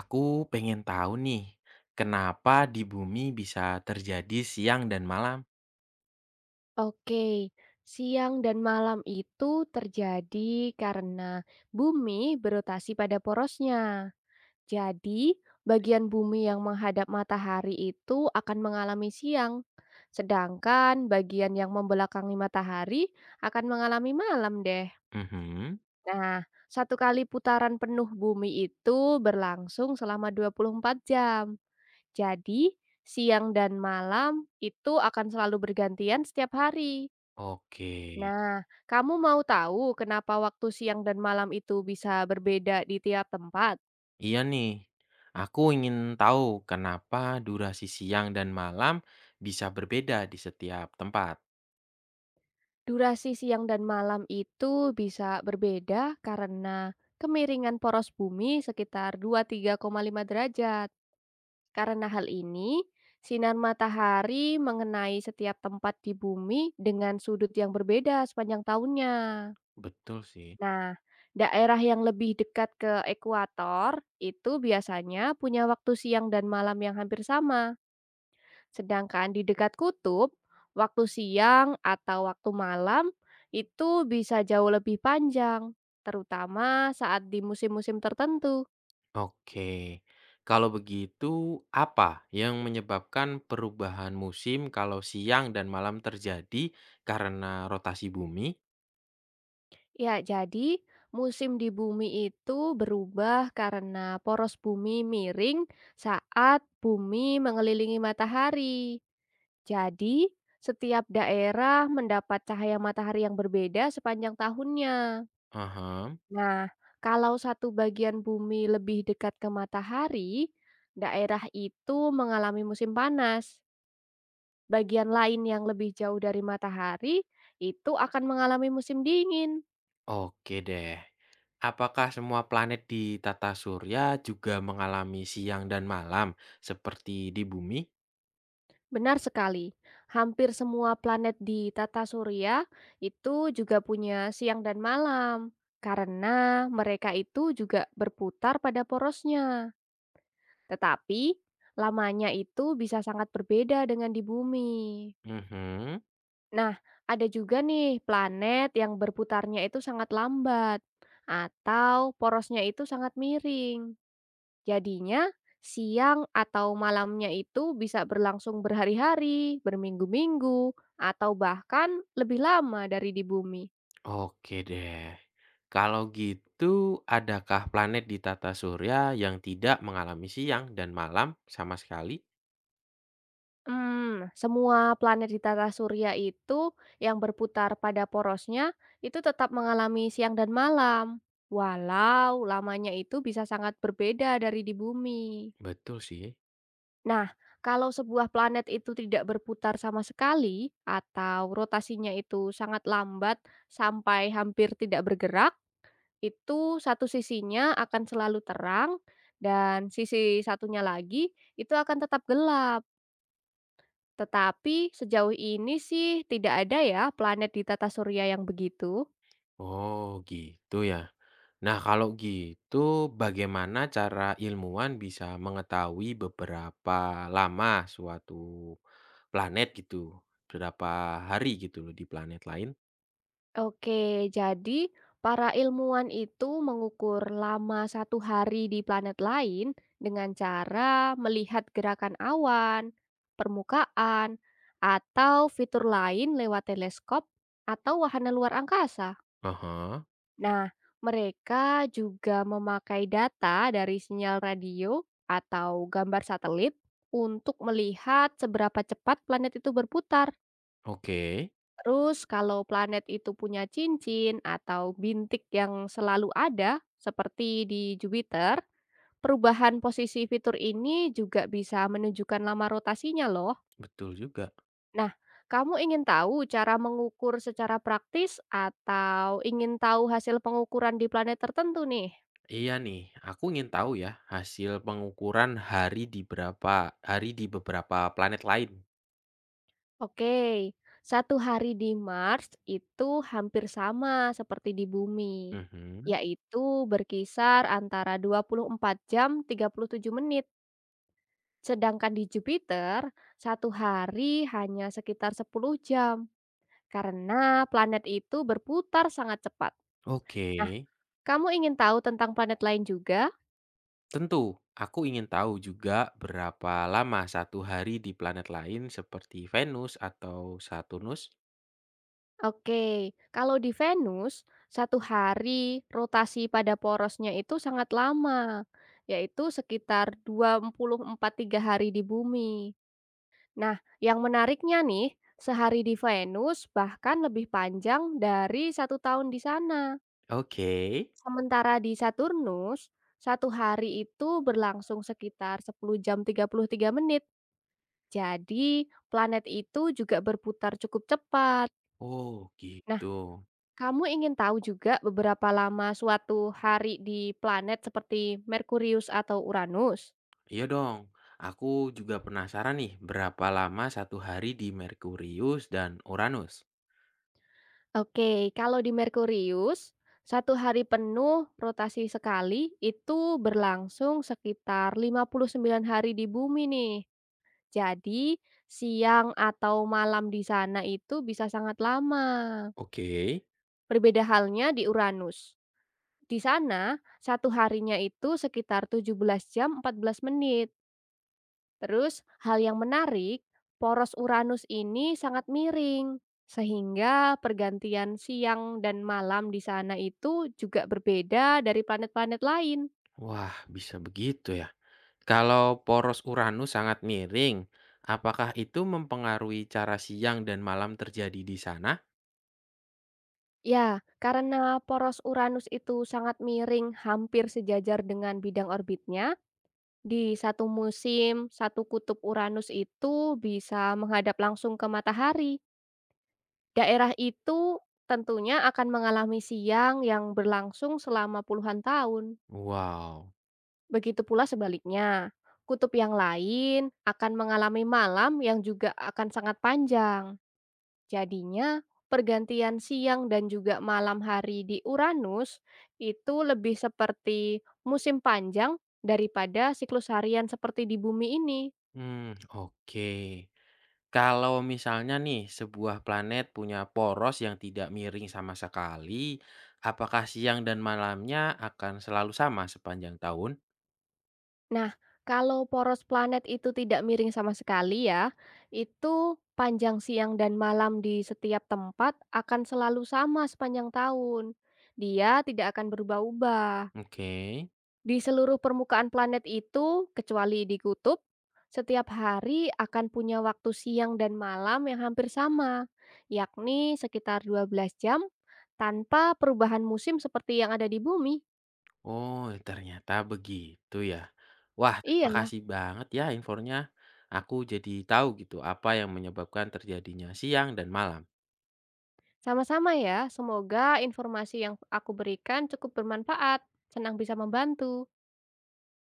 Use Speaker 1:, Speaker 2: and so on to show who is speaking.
Speaker 1: Aku pengen tahu nih, kenapa di bumi bisa terjadi siang dan malam?
Speaker 2: Oke, siang dan malam itu terjadi karena bumi berotasi pada porosnya. Jadi, bagian bumi yang menghadap matahari itu akan mengalami siang, sedangkan bagian yang membelakangi matahari akan mengalami malam deh.
Speaker 1: Mhm.
Speaker 2: Nah, satu kali putaran penuh bumi itu berlangsung selama 24 jam. Jadi, siang dan malam itu akan selalu bergantian setiap hari.
Speaker 1: Oke,
Speaker 2: Nah, kamu mau tahu kenapa waktu siang dan malam itu bisa berbeda di tiap tempat?
Speaker 1: iya nih. Aku ingin tahu kenapa durasi siang dan malam bisa berbeda di setiap tempat.
Speaker 2: Durasi siang dan malam itu bisa berbeda karena kemiringan poros bumi sekitar dua puluh tiga koma lima derajat. Karena hal ini, sinar matahari mengenai setiap tempat di bumi dengan sudut yang berbeda sepanjang tahunnya.
Speaker 1: Betul sih.
Speaker 2: Nah, daerah yang lebih dekat ke ekuator itu biasanya punya waktu siang dan malam yang hampir sama. Sedangkan di dekat kutub, waktu siang atau waktu malam itu bisa jauh lebih panjang, terutama saat di musim-musim tertentu.
Speaker 1: Oke, kalau begitu apa yang menyebabkan perubahan musim kalau siang dan malam terjadi karena rotasi bumi?
Speaker 2: Ya, jadi musim di bumi itu berubah karena poros bumi miring saat bumi mengelilingi matahari. Jadi, setiap daerah mendapat cahaya matahari yang berbeda sepanjang tahunnya.
Speaker 1: Aha.
Speaker 2: Nah, kalau satu bagian bumi lebih dekat ke matahari, daerah itu mengalami musim panas. Bagian lain yang lebih jauh dari matahari itu akan mengalami musim dingin.
Speaker 1: Oke deh. Apakah semua planet di tata surya juga mengalami siang dan malam seperti di bumi?
Speaker 2: Benar sekali. Hampir semua planet di tata surya itu juga punya siang dan malam karena mereka itu juga berputar pada porosnya. Tetapi lamanya itu bisa sangat berbeda dengan di bumi.
Speaker 1: Mhm.
Speaker 2: Nah, ada juga nih planet yang berputarnya itu sangat lambat atau porosnya itu sangat miring. Jadinya siang atau malamnya itu bisa berlangsung berhari-hari, berminggu-minggu, atau bahkan lebih lama dari di bumi.
Speaker 1: Oke deh. Kalau gitu, adakah planet di tata surya yang tidak mengalami siang dan malam sama sekali?
Speaker 2: Semua planet di tata surya itu yang berputar pada porosnya itu tetap mengalami siang dan malam, walau lamanya itu bisa sangat berbeda dari di bumi.
Speaker 1: Betul sih.
Speaker 2: Nah, kalau sebuah planet itu tidak berputar sama sekali atau rotasinya itu sangat lambat sampai hampir tidak bergerak, itu satu sisinya akan selalu terang dan sisi satunya lagi itu akan tetap gelap. Tetapi sejauh ini sih tidak ada ya planet di tata surya yang begitu.
Speaker 1: Oh, gitu ya. Nah, kalau gitu bagaimana cara ilmuwan bisa mengetahui beberapa lama suatu planet gitu, berapa hari gitu loh di planet lain?
Speaker 2: Oke, jadi para ilmuwan itu mengukur lama satu hari di planet lain dengan cara melihat gerakan awan, permukaan, atau fitur lain lewat teleskop atau wahana luar angkasa.
Speaker 1: Ah,
Speaker 2: Nah, mereka juga memakai data dari sinyal radio atau gambar satelit untuk melihat seberapa cepat planet itu berputar.
Speaker 1: oke,
Speaker 2: Terus kalau planet itu punya cincin atau bintik yang selalu ada, seperti di Jupiter, perubahan posisi fitur ini juga bisa menunjukkan lama rotasinya loh.
Speaker 1: betul juga.
Speaker 2: Nah, kamu ingin tahu cara mengukur secara praktis atau ingin tahu hasil pengukuran di planet tertentu nih?
Speaker 1: Iya nih, aku ingin tahu ya hasil pengukuran hari di berapa hari di beberapa planet lain.
Speaker 2: Oke, satu hari di Mars itu hampir sama seperti di bumi,
Speaker 1: Mhm,
Speaker 2: yaitu berkisar antara 24 jam 37 menit. Sedangkan di Jupiter, satu hari hanya sekitar 10 jam karena planet itu berputar sangat cepat.
Speaker 1: oke.
Speaker 2: Nah, kamu ingin tahu tentang planet lain juga?
Speaker 1: Tentu, aku ingin tahu juga berapa lama satu hari di planet lain seperti Venus atau Saturnus.
Speaker 2: Oke, kalau di Venus, satu hari rotasi pada porosnya itu sangat lama, yaitu sekitar dua puluh empat tiga hari di bumi. Nah, yang menariknya nih, sehari di Venus bahkan lebih panjang dari satu tahun di sana.
Speaker 1: Oke.
Speaker 2: Sementara di Saturnus, satu hari itu berlangsung sekitar 10 jam 33 menit. Jadi, planet itu juga berputar cukup cepat.
Speaker 1: Oh,
Speaker 2: Nah,
Speaker 1: gitu.
Speaker 2: kamu ingin tahu juga beberapa lama suatu hari di planet seperti Merkurius atau Uranus?
Speaker 1: Iya dong. Aku juga penasaran nih berapa lama satu hari di Merkurius dan Uranus.
Speaker 2: Oke, kalau di Merkurius, satu hari penuh rotasi sekali itu berlangsung sekitar 59 hari di bumi nih. Jadi, siang atau malam di sana itu bisa sangat lama.
Speaker 1: Oke.
Speaker 2: Berbeda halnya di Uranus. Di sana, satu harinya itu sekitar 17 jam 14 menit. Terus, hal yang menarik, poros Uranus ini sangat miring. Sehingga pergantian siang dan malam di sana itu juga berbeda dari planet-planet lain.
Speaker 1: Wah, bisa begitu ya. Kalau poros Uranus sangat miring, apakah itu mempengaruhi cara siang dan malam terjadi di sana?
Speaker 2: Ya, karena poros Uranus itu sangat miring hampir sejajar dengan bidang orbitnya, di satu musim, satu kutub Uranus itu bisa menghadap langsung ke matahari. Daerah itu tentunya akan mengalami siang yang berlangsung selama puluhan tahun.
Speaker 1: Wow.
Speaker 2: Begitu pula sebaliknya, kutub yang lain akan mengalami malam yang juga akan sangat panjang. Jadinya, pergantian siang dan juga malam hari di Uranus itu lebih seperti musim panjang daripada siklus harian seperti di bumi ini.
Speaker 1: Hmm, oke. Kalau misalnya nih sebuah planet punya poros yang tidak miring sama sekali, apakah siang dan malamnya akan selalu sama sepanjang tahun?
Speaker 2: Nah, kalau poros planet itu tidak miring sama sekali ya, itu panjang siang dan malam di setiap tempat akan selalu sama sepanjang tahun. Dia tidak akan berubah-ubah.
Speaker 1: Oke.
Speaker 2: Di seluruh permukaan planet itu, kecuali di kutub, setiap hari akan punya waktu siang dan malam yang hampir sama, yakni sekitar 12 jam tanpa perubahan musim seperti yang ada di bumi.
Speaker 1: Oh, ternyata begitu ya. Wah, terima
Speaker 2: Iya.
Speaker 1: kasih banget ya infonya. Aku jadi tahu gitu apa yang menyebabkan terjadinya siang dan malam.
Speaker 2: Sama-sama ya, semoga informasi yang aku berikan cukup bermanfaat. Senang bisa membantu.